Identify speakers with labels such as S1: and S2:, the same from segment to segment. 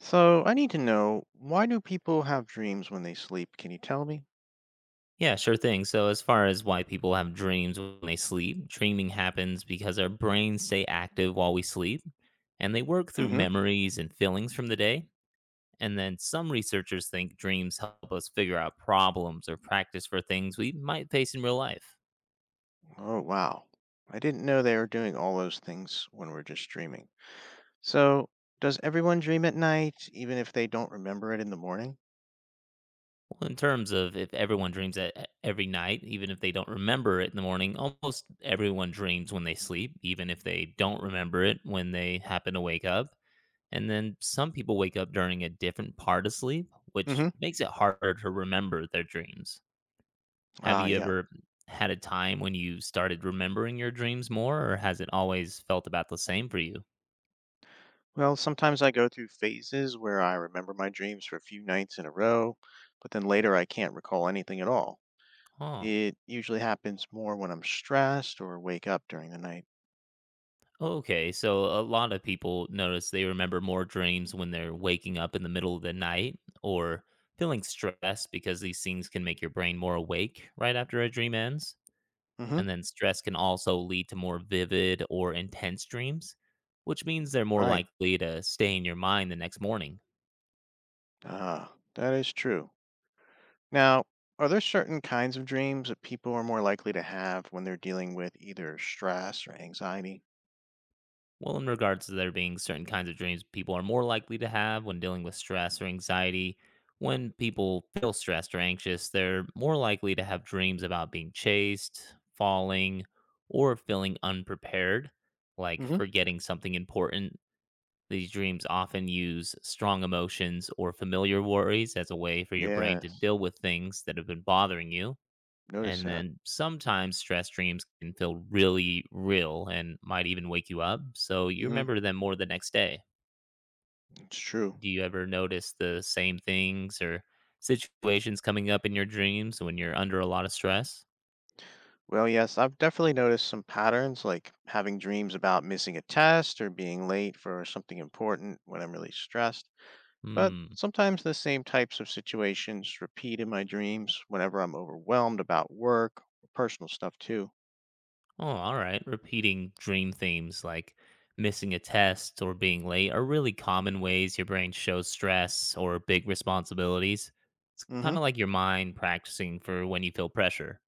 S1: So I need to know, why do people have dreams when they sleep? Can you tell me?
S2: Yeah, sure thing. So, as far as why people have dreams when they sleep, dreaming happens because our brains stay active while we sleep and they work through
S1: Hmm.
S2: memories and feelings from the day. And then some researchers think dreams help us figure out problems or practice for things we might face in real life.
S1: Oh wow. I didn't know they were doing all those things when we're just dreaming. So does everyone dream at night even if they don't remember it in the morning?
S2: Well, in terms of if everyone dreams at every night, even if they don't remember it in the morning, almost everyone dreams when they sleep, even if they don't remember it when they happen to wake up. And then some people wake up during a different part of sleep, which
S1: Hmm.
S2: makes it harder to remember their dreams. Have
S1: Ah,
S2: you
S1: yeah.
S2: ever had a time when you started remembering your dreams more, or has it always felt about the same for you?
S1: Well, sometimes I go through phases where I remember my dreams for a few nights in a row, but then later I can't recall anything at all.
S2: Oh,
S1: It usually happens more when I'm stressed or wake up during the night.
S2: okay. So a lot of people notice they remember more dreams when they're waking up in the middle of the night or feeling stressed, because these things can make your brain more awake right after a dream ends.
S1: Hmm.
S2: And then stress can also lead to more vivid or intense dreams, which means they're more
S1: Right.
S2: likely to stay in your mind the next morning.
S1: Ah, that is true. Now, are there certain kinds of dreams that people are more likely to have when they're dealing with either stress or anxiety?
S2: Well, in regards to there being certain kinds of dreams people are more likely to have when dealing with stress or anxiety, when people feel stressed or anxious, they're more likely to have dreams about being chased, falling, or feeling unprepared, like
S1: Hmm.
S2: forgetting something important. These dreams often use strong emotions or familiar worries as a way for your brain to
S1: Yes,
S2: deal with things that have been bothering you.
S1: notice
S2: And
S1: that.
S2: then sometimes stress dreams can feel really real and might even wake you up, so you
S1: Hmm.
S2: remember them more the next day.
S1: It's true.
S2: Do you ever notice the same things or situations coming up in your dreams when you're under a lot of stress?
S1: Well, yes, I've definitely noticed some patterns like having dreams about missing a test or being late for something important when I'm really stressed. But
S2: Hmm.
S1: sometimes the same types of situations repeat in my dreams whenever I'm overwhelmed about work or personal stuff too.
S2: Oh, all right. Repeating dream themes like missing a test or being late are really common ways your brain shows stress or big responsibilities. It's kind of
S1: Hmm.
S2: like your mind practicing for when you feel pressure.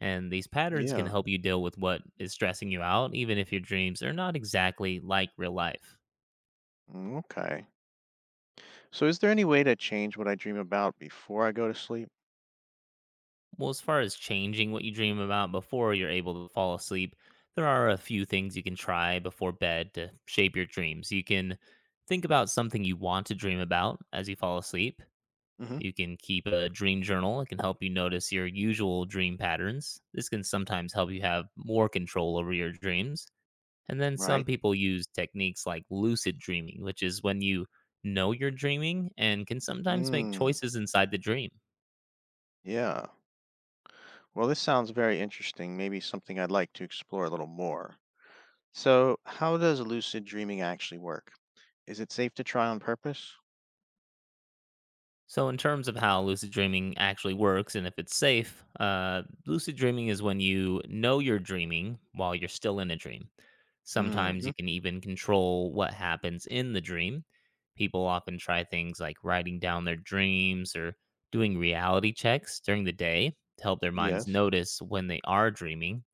S2: And these patterns can
S1: Yeah.
S2: help you deal with what is stressing you out, even if your dreams are not exactly like real life.
S1: Mm, okay. So is there any way to change what I dream about before I go to sleep?
S2: Well, as far as changing what you dream about before you're able to fall asleep, there are a few things you can try before bed to shape your dreams. You can think about something you want to dream about as you fall asleep.
S1: Hmm.
S2: You can keep a dream journal. It can help you notice your usual dream patterns. This can sometimes help you have more control over your dreams. And then some
S1: Right?
S2: people use techniques like lucid dreaming, which is when you know you're dreaming and can sometimes make
S1: Mm,
S2: choices inside the dream.
S1: yeah. Well, this sounds very interesting. Maybe something I'd like to explore a little more. So, how does lucid dreaming actually work? Is it safe to try on purpose?
S2: So, in terms of how lucid dreaming actually works and if it's safe, lucid dreaming is when you know you're dreaming while you're still in a dream.
S1: Mm.
S2: Sometimes you
S1: Hmm.
S2: can even control what happens in the dream. People often try things like writing down their dreams or doing reality checks during the day to help their minds
S1: Yes.
S2: notice when they are dreaming.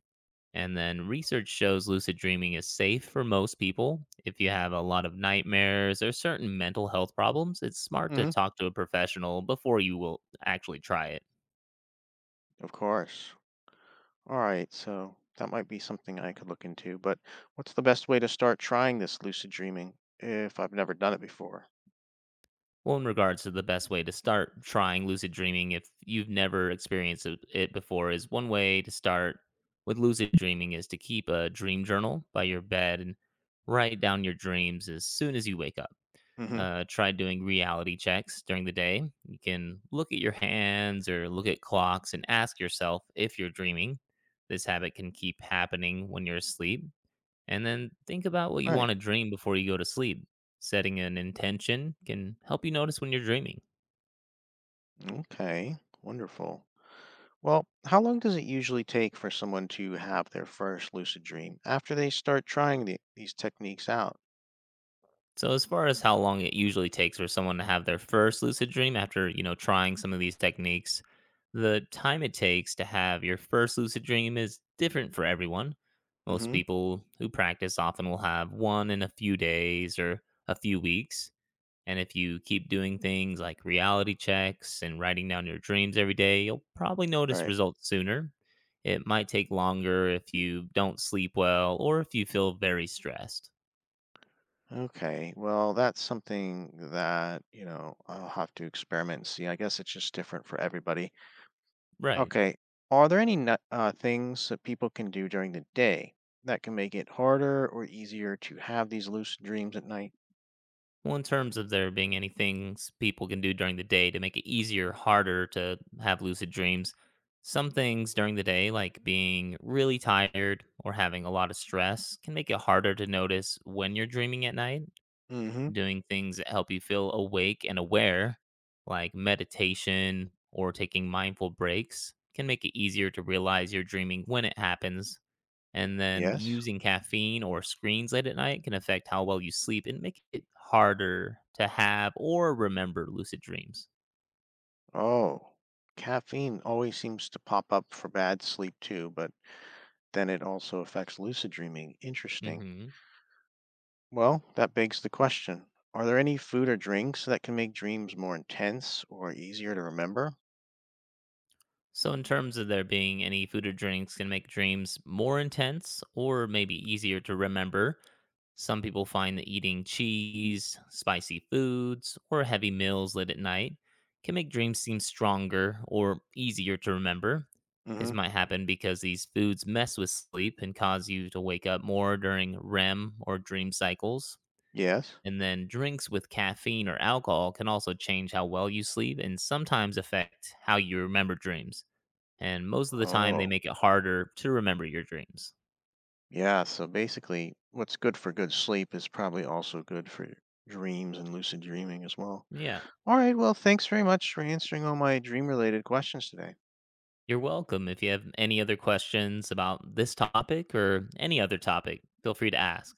S2: And then research shows lucid dreaming is safe for most people. If you have a lot of nightmares or certain mental health problems, it's smart to
S1: Hmm.
S2: talk to a professional before you will actually try it.
S1: Of course. All right. So, that might be something I could look into, but what's the best way to start trying this lucid dreaming if I've never done it before?
S2: Well, in regards to the best way to start trying lucid dreaming, if you've never experienced it before, is one way to start with lucid dreaming is to keep a dream journal by your bed and write down your dreams as soon as you wake up.
S1: Hmm.
S2: Try doing reality checks during the day. You can look at your hands or look at clocks and ask yourself if you're dreaming. This habit can keep happening when you're asleep. And then think about what you want
S1: Right.
S2: to dream before you go to sleep. Setting an intention can help you notice when you're dreaming.
S1: Okay. Wonderful. Well, how long does it usually take for someone to have their first lucid dream after they start trying these techniques out?
S2: So as far as how long it usually takes for someone to have their first lucid dream after, trying some of these techniques, the time it takes to have your first lucid dream is different for everyone. Most
S1: Hmm.
S2: people who practice often will have one in a few days or a few weeks. And if you keep doing things like reality checks and writing down your dreams every day, you'll probably notice
S1: Right.
S2: results sooner. It might take longer if you don't sleep well or if you feel very stressed.
S1: Okay. Well, that's something that, you know, I'll have to experiment and see. I guess it's just different for everybody.
S2: Right.
S1: Okay. Are there any things that people can do during the day that can make it harder or easier to have these lucid dreams at night?
S2: Well, in terms of there being any things people can do during the day to make it easier or harder to have lucid dreams, some things during the day, like being really tired or having a lot of stress, can make it harder to notice when you're dreaming at night.
S1: Hmm.
S2: Doing things that help you feel awake and aware, like meditation or taking mindful breaks, can make it easier to realize you're dreaming when it happens. And then
S1: Yes.
S2: using caffeine or screens late at night can affect how well you sleep and make it harder to have or remember lucid dreams.
S1: Oh, caffeine always seems to pop up for bad sleep too, but then it also affects lucid dreaming. Interesting.
S2: Mhm.
S1: Well, that begs the question, are there any food or drinks that can make dreams more intense or easier to remember?
S2: So, in terms of there being any food or drinks can make dreams more intense or maybe easier to remember, some people find that eating cheese, spicy foods, or heavy meals late at night can make dreams seem stronger or easier to remember. This
S1: Hmm.
S2: might happen because these foods mess with sleep and cause you to wake up more during REM or dream cycles.
S1: Yes.
S2: And then drinks with caffeine or alcohol can also change how well you sleep and sometimes affect how you remember dreams. And most of the time, they
S1: Oh,
S2: make it harder to remember your dreams.
S1: yeah. So basically, what's good for good sleep is probably also good for dreams and lucid dreaming as well.
S2: Yeah,
S1: All right. Well, thanks very much for answering all my dream related questions today.
S2: you're welcome. If you have any other questions about this topic or any other topic, feel free to ask.